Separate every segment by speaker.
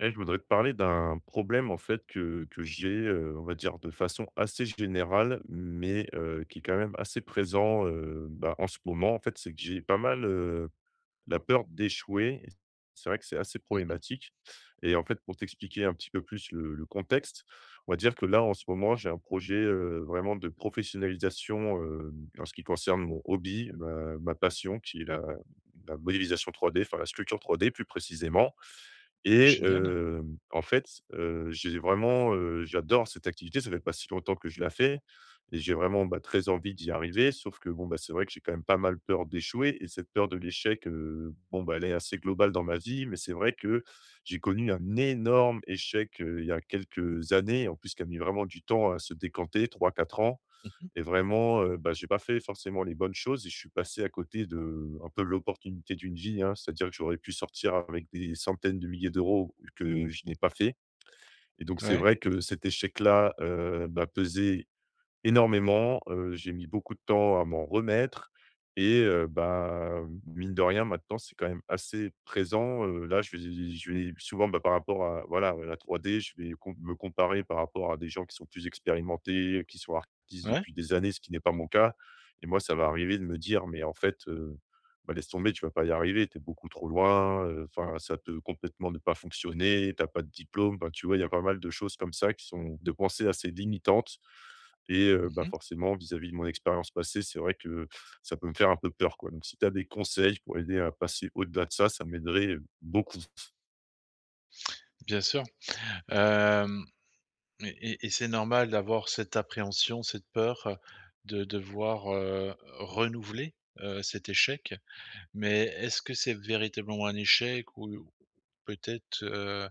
Speaker 1: Eh, je voudrais te parler d'un problème en fait que j'ai, on va dire de façon assez générale, mais qui est quand même assez présent, bah, en ce moment. En fait, c'est que j'ai pas mal, la peur d'échouer. Et c'est vrai que c'est assez
Speaker 2: Mmh mh.
Speaker 1: problématique. Et en fait, pour t'expliquer un petit peu plus le contexte, on va dire que là, en ce moment, j'ai un projet, vraiment de professionnalisation, en ce qui concerne mon hobby, ma passion qui est la modélisation 3D, enfin la sculpture 3D plus précisément. Et
Speaker 2: Génial.
Speaker 1: en fait, j'ai vraiment, j'adore cette activité, ça fait pas si longtemps que je la fais et j'ai vraiment, bah, très envie d'y arriver. Sauf que bon, bah, c'est vrai que j'ai quand même pas mal peur d'échouer et cette peur de l'échec, bon, bah, elle est assez globale dans ma vie. Mais c'est vrai que j'ai connu un énorme échec, il y a quelques années, en plus qui a mis vraiment du temps à se décanter, 3, 4 ans.
Speaker 2: Mmh mh.
Speaker 1: Et vraiment, bah, j'ai pas fait forcément les bonnes choses et je suis passé à côté de un peu l'opportunité d'une vie, hein. C'est-à-dire que j'aurais pu sortir avec des centaines de milliers d'euros que je n'ai pas fait et donc c'est
Speaker 2: Ouais,
Speaker 1: vrai que cet échec-là, m'a pesé énormément, j'ai mis beaucoup de temps à m'en remettre et bah, mine de rien, maintenant, c'est quand même assez présent, là, je vais souvent, bah, par rapport à voilà, à la 3D, je vais comparer par rapport à des gens qui sont plus expérimentés, qui sont artistes
Speaker 2: ouais.
Speaker 1: depuis des années, ce qui n'est pas mon cas et moi, ça va arriver de me dire : « Mais en fait, bah, laisse tomber, tu vas pas y arriver, tu es beaucoup trop loin, enfin, ça peut complètement ne pas fonctionner, tu as pas de diplôme ». Bah, tu vois, il y a pas mal de choses comme ça qui sont de pensées assez limitantes et bah,
Speaker 2: Mmh mh.
Speaker 1: forcément vis-à-vis de mon expérience passée, c'est vrai que ça peut me faire un peu peur, quoi. Donc si tu as des conseils pour aider à passer au-delà de ça, ça m'aiderait, beaucoup.
Speaker 2: Bien sûr. Hem et c'est normal d'avoir cette appréhension, cette peur, de devoir, renouveler, cet échec. Mais est-ce que c'est véritablement un échec ou peut-être,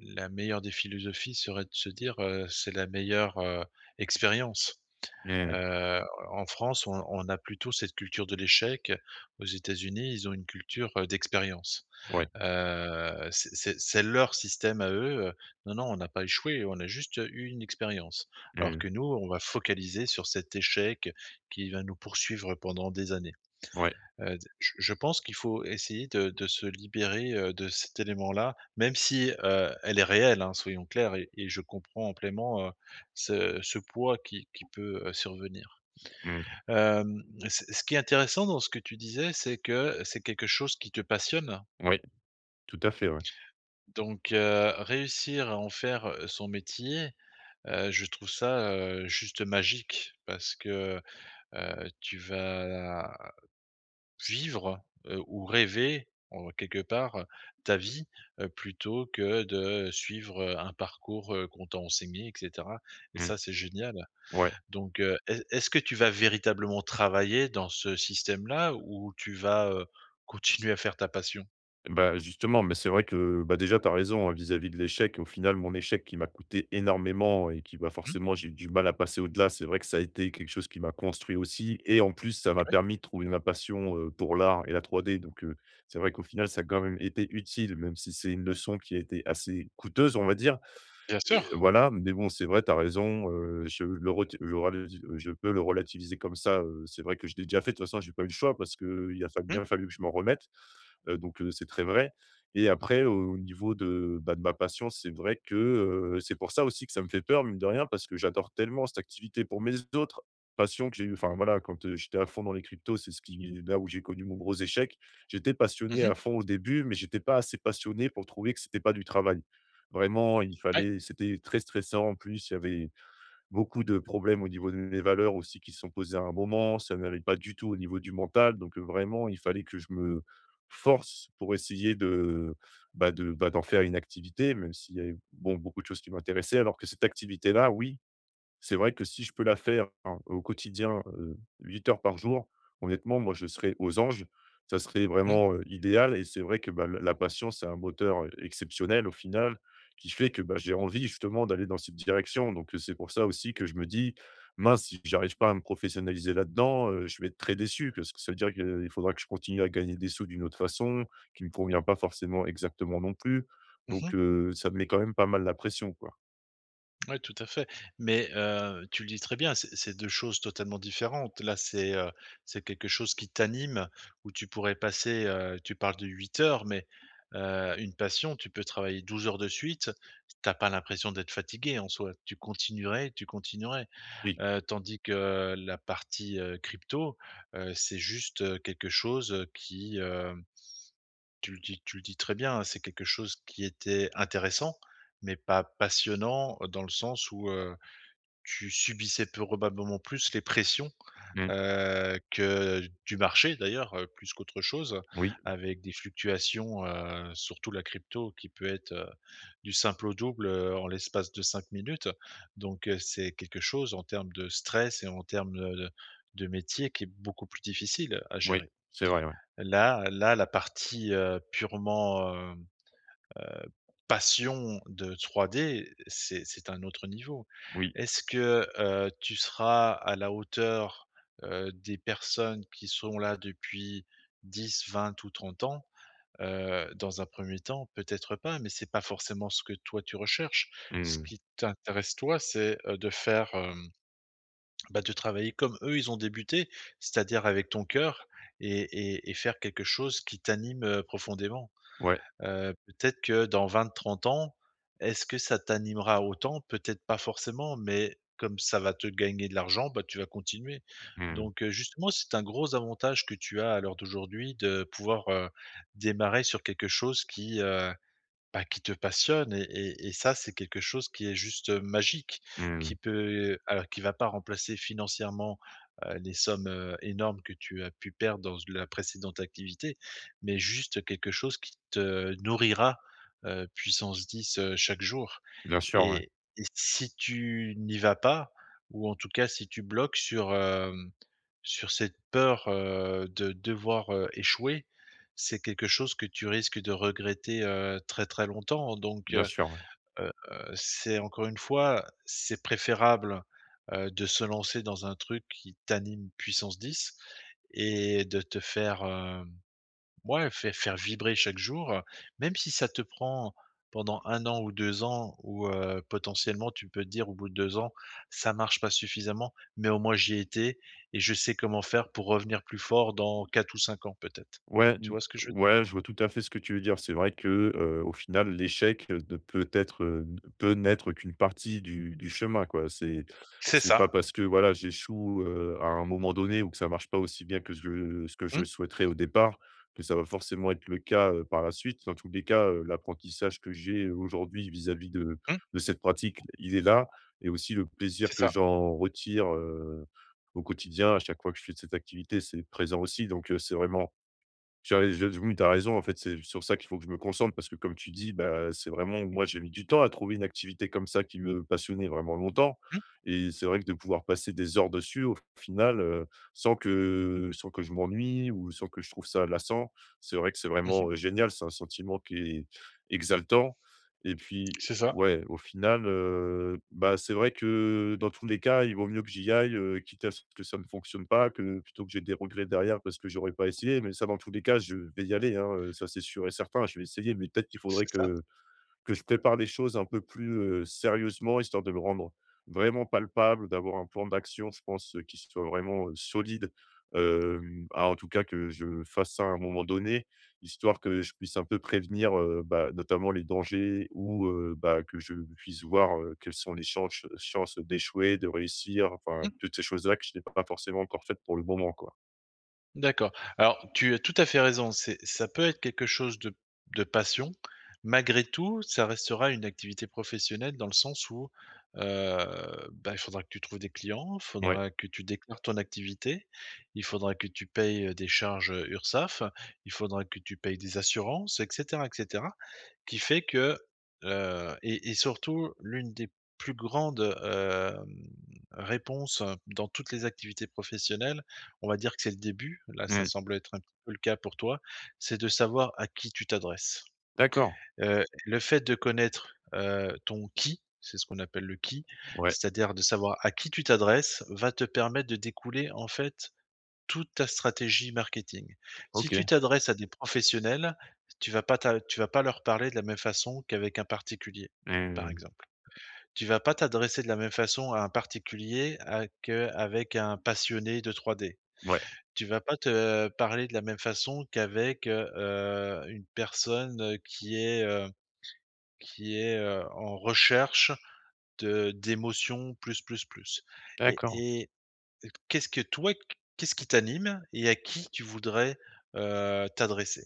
Speaker 2: la meilleure des philosophies serait de se dire, c'est la meilleure, expérience?
Speaker 1: Mmh.
Speaker 2: Heu, En France, on a plutôt cette culture de l'échec. Aux États-Unis, ils ont une culture, d'expérience.
Speaker 1: Ouais.
Speaker 2: C'est leur système à eux, non, non, on n'a pas échoué, on a juste eu une expérience. Alors
Speaker 1: Mmh.
Speaker 2: que nous, on va focaliser sur cet échec qui va nous poursuivre pendant des années.
Speaker 1: Ouais.
Speaker 2: Je pense qu'il faut essayer de se libérer, de cet élément-là, même si, elle est réelle, hein, soyons clairs et je comprends amplement, ce poids qui peut, survenir.
Speaker 1: Mmh.
Speaker 2: Hem, ce qui est intéressant dans ce que tu disais, c'est que c'est quelque chose qui te passionne.
Speaker 1: Ouais. Tout à fait, ouais.
Speaker 2: Donc, réussir à en faire, son métier, je trouve ça, juste magique parce que, tu vas vivre, ou rêver en quelque part, ta vie, plutôt que de suivre, un parcours, qu'on t'a enseigné et cetera, et
Speaker 1: Mmh.
Speaker 2: ça, c'est génial.
Speaker 1: Ouais.
Speaker 2: Donc, est-ce que tu vas véritablement travailler dans ce système-là ou tu vas, continuer à faire ta passion?
Speaker 1: Bah, justement, mais c'est vrai que, bah, déjà tu as raison, hein, vis-à-vis de l'échec. Au final, mon échec qui m'a coûté énormément et qui, bah,
Speaker 2: Mmh,
Speaker 1: forcément, j'ai eu du mal à passer au-delà. C'est vrai que ça a été quelque chose qui m'a construit aussi et en plus, ça m'a
Speaker 2: oui,
Speaker 1: permis de trouver ma passion, pour l'art et la 3D donc c'est vrai qu'au final, ça a quand même été utile, même si c'est une leçon qui a été assez coûteuse, on va dire
Speaker 2: bien
Speaker 1: et
Speaker 2: sûr.
Speaker 1: voilà, mais bon, c'est vrai, tu as raison, je peux le relativiser comme ça, c'est vrai que je l'ai déjà fait. De toute façon, j'ai pas eu le choix parce qu'il a fa
Speaker 2: Mmh.
Speaker 1: bien fallu que je m'en remette. C'est très vrai et après au niveau de, bah, de ma passion, c'est vrai que, c'est pour ça aussi que ça me fait peur mine de rien parce que j'adore tellement cette activité pour mes autres passions que j'ai eu enfin voilà, quand, j'étais à fond dans les cryptos, c'est ce qui là où j'ai connu mon gros échec. J'étais passionné
Speaker 2: Mmh.
Speaker 1: à fond au début, mais j'étais pas assez passionné pour trouver que c'était pas du travail. Vraiment, il
Speaker 2: Ouais.
Speaker 1: fallait c'était très stressant en plus, il y avait beaucoup de problèmes au niveau de mes valeurs aussi qui se sont posées à un moment. Ça n'allait pas du tout au niveau du mental. Donc, vraiment, il fallait que je me force pour essayer bah, bah, d'en faire une activité, même s'il y avait, bon, beaucoup de choses qui m'intéressaient. Alors que cette activité-là, oui, c'est vrai que si je peux la faire, hein, au quotidien, 8 heures par jour, honnêtement, moi, je serais aux anges. Ça serait
Speaker 2: Mmh.
Speaker 1: vraiment, idéal et c'est vrai que, bah, la passion, c'est un moteur, exceptionnel au final, qui fait que, bah, j'ai envie justement d'aller dans cette direction. Donc c'est pour ça aussi que je me dis : « Mince, si j'arrive pas à me professionnaliser là-dedans, je vais être très déçu parce que ça veut dire qu'il faudra que je continue à gagner des sous d'une autre façon, qui ne me convient pas forcément exactement non plus ». Donc
Speaker 2: Mmh.
Speaker 1: ça me met quand même pas mal la pression, quoi.
Speaker 2: Ouais, tout à fait. Mais tu le dis très bien, c'est 2 choses totalement différentes. Là, c'est quelque chose qui t'anime, où tu pourrais passer, tu parles de 8 heures, mais une passion, tu peux travailler 12 heures de suite. T'as pas l'impression d'être fatigué en soi. Tu continuerais, tu continuerais.
Speaker 1: Oui.
Speaker 2: Tandis que la partie, crypto, c'est juste, quelque chose qui, tu le dis très bien, hein, c'est quelque chose qui était intéressant, mais pas passionnant, dans le sens où, tu subissais probablement plus les pressions,
Speaker 1: Mmh.
Speaker 2: heu, que du marché d'ailleurs, plus qu'autre chose,
Speaker 1: Oui.
Speaker 2: avec des fluctuations, surtout la crypto qui peut être, du simple au double, en l'espace de 5 minutes. Donc, c'est quelque chose en termes de stress et en termes de métier qui est beaucoup plus difficile à
Speaker 1: Oui,
Speaker 2: gérer.
Speaker 1: c'est vrai, ouais.
Speaker 2: La partie, purement, passion de 3D, c'est un autre niveau.
Speaker 1: Oui.
Speaker 2: Est-ce que, tu seras à la hauteur, des personnes qui sont là depuis 10, 20 ou 30 ans? Dans un premier temps, peut-être pas, mais c'est pas forcément ce que toi tu recherches. Ce
Speaker 1: Mmh.
Speaker 2: qui t'intéresse toi, c'est, bah, de travailler comme eux, ils ont débuté, c'est-à-dire avec ton cœur et et faire quelque chose qui t'anime, profondément.
Speaker 1: Ouais.
Speaker 2: Peut-être que dans 20, 30 ans, est-ce que ça t'animera autant? Peut-être pas forcément, mais comme ça va te gagner de l'argent, bah, tu vas continuer.
Speaker 1: Mmh.
Speaker 2: Donc, justement, c'est un gros avantage que tu as à l'heure d'aujourd'hui de pouvoir, démarrer sur quelque chose qui te passionne et et ça, c'est quelque chose qui est juste, magique,
Speaker 1: Mmh.
Speaker 2: qui peut alors qui va pas remplacer financièrement, les sommes, énormes que tu as pu perdre dans la précédente activité, mais juste quelque chose qui te nourrira, puissance 10, chaque jour.
Speaker 1: Bien sûr, ouais.
Speaker 2: Et et si tu n'y vas pas ou en tout cas si tu bloques sur cette peur, de devoir, échouer, c'est quelque chose que tu risques de regretter, très, très longtemps, donc
Speaker 1: Bien sûr, ouais.
Speaker 2: c'est encore une fois, c'est préférable, de se lancer dans un truc qui t'anime puissance 10 et de te faire, hem ouais, faire vibrer chaque jour, même si ça te prend pendant 1 an ou 2 ans ou potentiellement tu peux te dire au bout de 2 ans: «Ça marche pas suffisamment, mais au moins j'y ai été et je sais comment faire pour revenir plus fort dans 4 ou 5 ans peut-être».
Speaker 1: Ouais,
Speaker 2: Tu
Speaker 1: n
Speaker 2: vois ce que je veux d
Speaker 1: ouais, je vois tout à fait ce que tu veux dire. C'est vrai que, au final, l'échec, ne peut n'être qu'une partie du chemin, quoi. C'est
Speaker 2: C'est
Speaker 1: c'est
Speaker 2: ça.
Speaker 1: pas parce que, voilà, j'échoue, à un moment donné ou que ça marche pas aussi bien que je ce que je
Speaker 2: Mmh,
Speaker 1: souhaiterais au départ, que ça va forcément être le cas, par la suite. Dans tous les cas, l'apprentissage que j'ai aujourd'hui vis-à-vis de
Speaker 2: mmh,
Speaker 1: de cette pratique, il est là et aussi le plaisir
Speaker 2: c'est
Speaker 1: que
Speaker 2: ça.
Speaker 1: j'en retire, au quotidien, à chaque fois que je fais cette activité, c'est présent aussi. Donc, c'est vraiment tu as je oui, tu as raison, en fait, c'est sur ça qu'il faut que je me concentre parce que comme tu dis, bah, c'est vraiment moi, j'ai mis du temps à trouver une activité comme ça qui me passionnait vraiment longtemps
Speaker 2: Mmh,
Speaker 1: et c'est vrai que de pouvoir passer des heures dessus au final, sans que je m'ennuie ou sans que je trouve ça lassant, c'est vrai que c'est
Speaker 2: mmh.
Speaker 1: vraiment, génial. C'est un sentiment qui est exaltant et puis,
Speaker 2: C'est ça,
Speaker 1: ouais, au final, bah, c'est vrai que dans tous les cas, il vaut mieux que j'y aille, quitte à ce que ça ne fonctionne pas, que plutôt que j'ai des regrets derrière parce que j'aurais pas essayé. Mais ça, dans tous les cas, je vais y aller, hein, ça c'est sûr et certain. Je vais essayer, mais peut-être qu'il faudrait
Speaker 2: c'est ça.
Speaker 1: que je prépare les choses un peu plus, sérieusement, histoire de me rendre vraiment palpable, d'avoir un plan d'action, je pense, qui soit vraiment, solide. Ah, en tout cas, que je fasse ça à un moment donné, histoire que je puisse un peu prévenir, bah, notamment les dangers ou, bah, que je puisse voir, quelles sont les chances d'échouer, de réussir, enfin,
Speaker 2: Mmh.
Speaker 1: toutes ces choses-là que je n'ai pas forcément encore faites pour le moment, quoi.
Speaker 2: D'accord. Alors, tu as tout à fait raison, c'est ça peut être quelque chose de passion. Malgré tout, ça restera une activité professionnelle dans le sens où, bah, il faudra que tu trouves des clients, il
Speaker 1: Ouais,
Speaker 2: faudra que tu déclares ton activité, il faudra que tu payes, des charges, URSSAF, il faudra que tu payes des assurances et cetera, et cetera, qui fait que, et surtout l'une des plus grandes, réponses dans toutes les activités professionnelles, on va dire que c'est le début, là ça
Speaker 1: ouais,
Speaker 2: semble être un petit peu le cas pour toi, c'est de savoir à qui tu t'adresses.
Speaker 1: d'accord.
Speaker 2: Le fait de connaître, ton qui, c'est ce qu'on appelle le qui,
Speaker 1: Ouais,
Speaker 2: c'est-à-dire de savoir à qui tu t'adresses, va te permettre de découler en fait toute ta stratégie marketing. Si tu
Speaker 1: OK.
Speaker 2: t'adresses à des professionnels, tu vas pas leur parler de la même façon qu'avec un particulier, par
Speaker 1: Mmh,
Speaker 2: exemple. Tu vas pas t'adresser de la même façon à un particulier à qu'avec un passionné de 3D.
Speaker 1: ouais,
Speaker 2: Tu vas pas te parler de la même façon qu'avec, une personne, qui est, en recherche de d'émotions plus, plus, plus, et
Speaker 1: d'accord.
Speaker 2: et qu'est-ce que toi, qu'est-ce qui t'anime et à qui tu voudrais, t'adresser?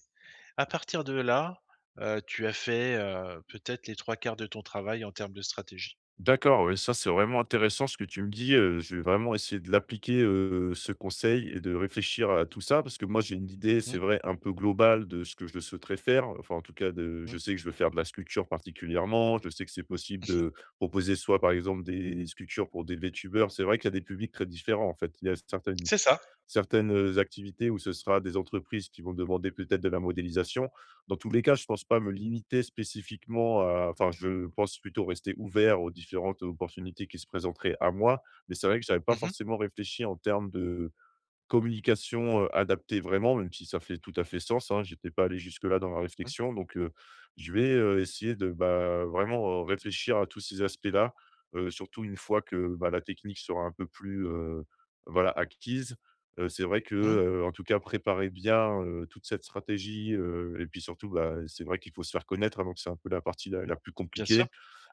Speaker 2: À partir de là, tu as fait, peut-être les trois quarts de ton travail en termes de stratégie.
Speaker 1: D'accord, oui, ça c'est vraiment intéressant ce que tu me dis. Je vais vraiment essayer de l'appliquer, ce conseil et de réfléchir à tout ça. Parce que moi j'ai une idée, c'est
Speaker 2: Mmh
Speaker 1: vrai, un peu globale de ce que je souhaiterais faire. Enfin en tout cas de
Speaker 2: mh.
Speaker 1: je sais que je veux faire de la sculpture particulièrement. Je sais que c'est possible de proposer soit par exemple des sculptures pour des VTubers. C'est vrai qu'il y a des publics très différents en fait. Il y a
Speaker 2: C'est ça.
Speaker 1: certaines, activités où ce sera des entreprises qui vont demander peut-être de la modélisation. Dans tous les cas, je ne pense pas me limiter spécifiquement à enfin, je pense plutôt rester ouvert aux différentes opportunités qui se présenteraient à moi, mais c'est vrai que j'avais pas
Speaker 2: Mmh mh.
Speaker 1: forcément réfléchi en termes de communication, adaptée vraiment, même si ça fait tout à fait sens, hein, j'étais pas allé jusque-là dans la
Speaker 2: Mmh.
Speaker 1: réflexion donc je vais, essayer de, bah, vraiment, réfléchir à tous ces aspects-là, surtout une fois que, bah, la technique sera un peu plus, voilà, acquise. C'est vrai que,
Speaker 2: Mmh.
Speaker 1: en tout cas, préparer bien, toute cette stratégie, et puis surtout, bah, c'est vrai qu'il faut se faire connaître, hein, donc c'est un peu la partie la plus
Speaker 2: Bien sûr.
Speaker 1: compliquée.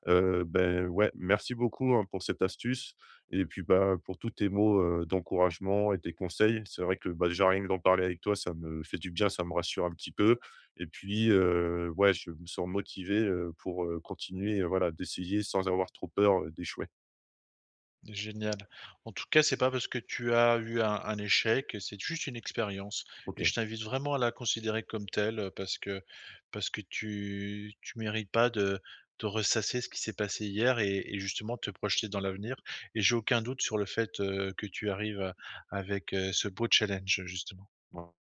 Speaker 1: Beh, ouais, merci beaucoup, hein, pour cette astuce. Et puis, bah, pour tous tes mots, d'encouragement et tes conseils. C'est vrai que, bah, déjà rien que d'en parler avec toi, ça me fait du bien, ça me rassure un petit peu. Et puis, ouais, je me sens motivé, pour, continuer, voilà, d'essayer sans avoir trop peur, d'échouer.
Speaker 2: Génial. En tout cas, c'est pas parce que tu as eu un échec, c'est juste une expérience. Et
Speaker 1: OK.
Speaker 2: je t'invite vraiment à la considérer comme telle, parce que, tu mérites pas de ressasser ce qui s'est passé hier et justement te projeter dans l'avenir. Et j'ai aucun doute sur le fait que tu arrives avec ce beau challenge, justement.
Speaker 1: Ouais.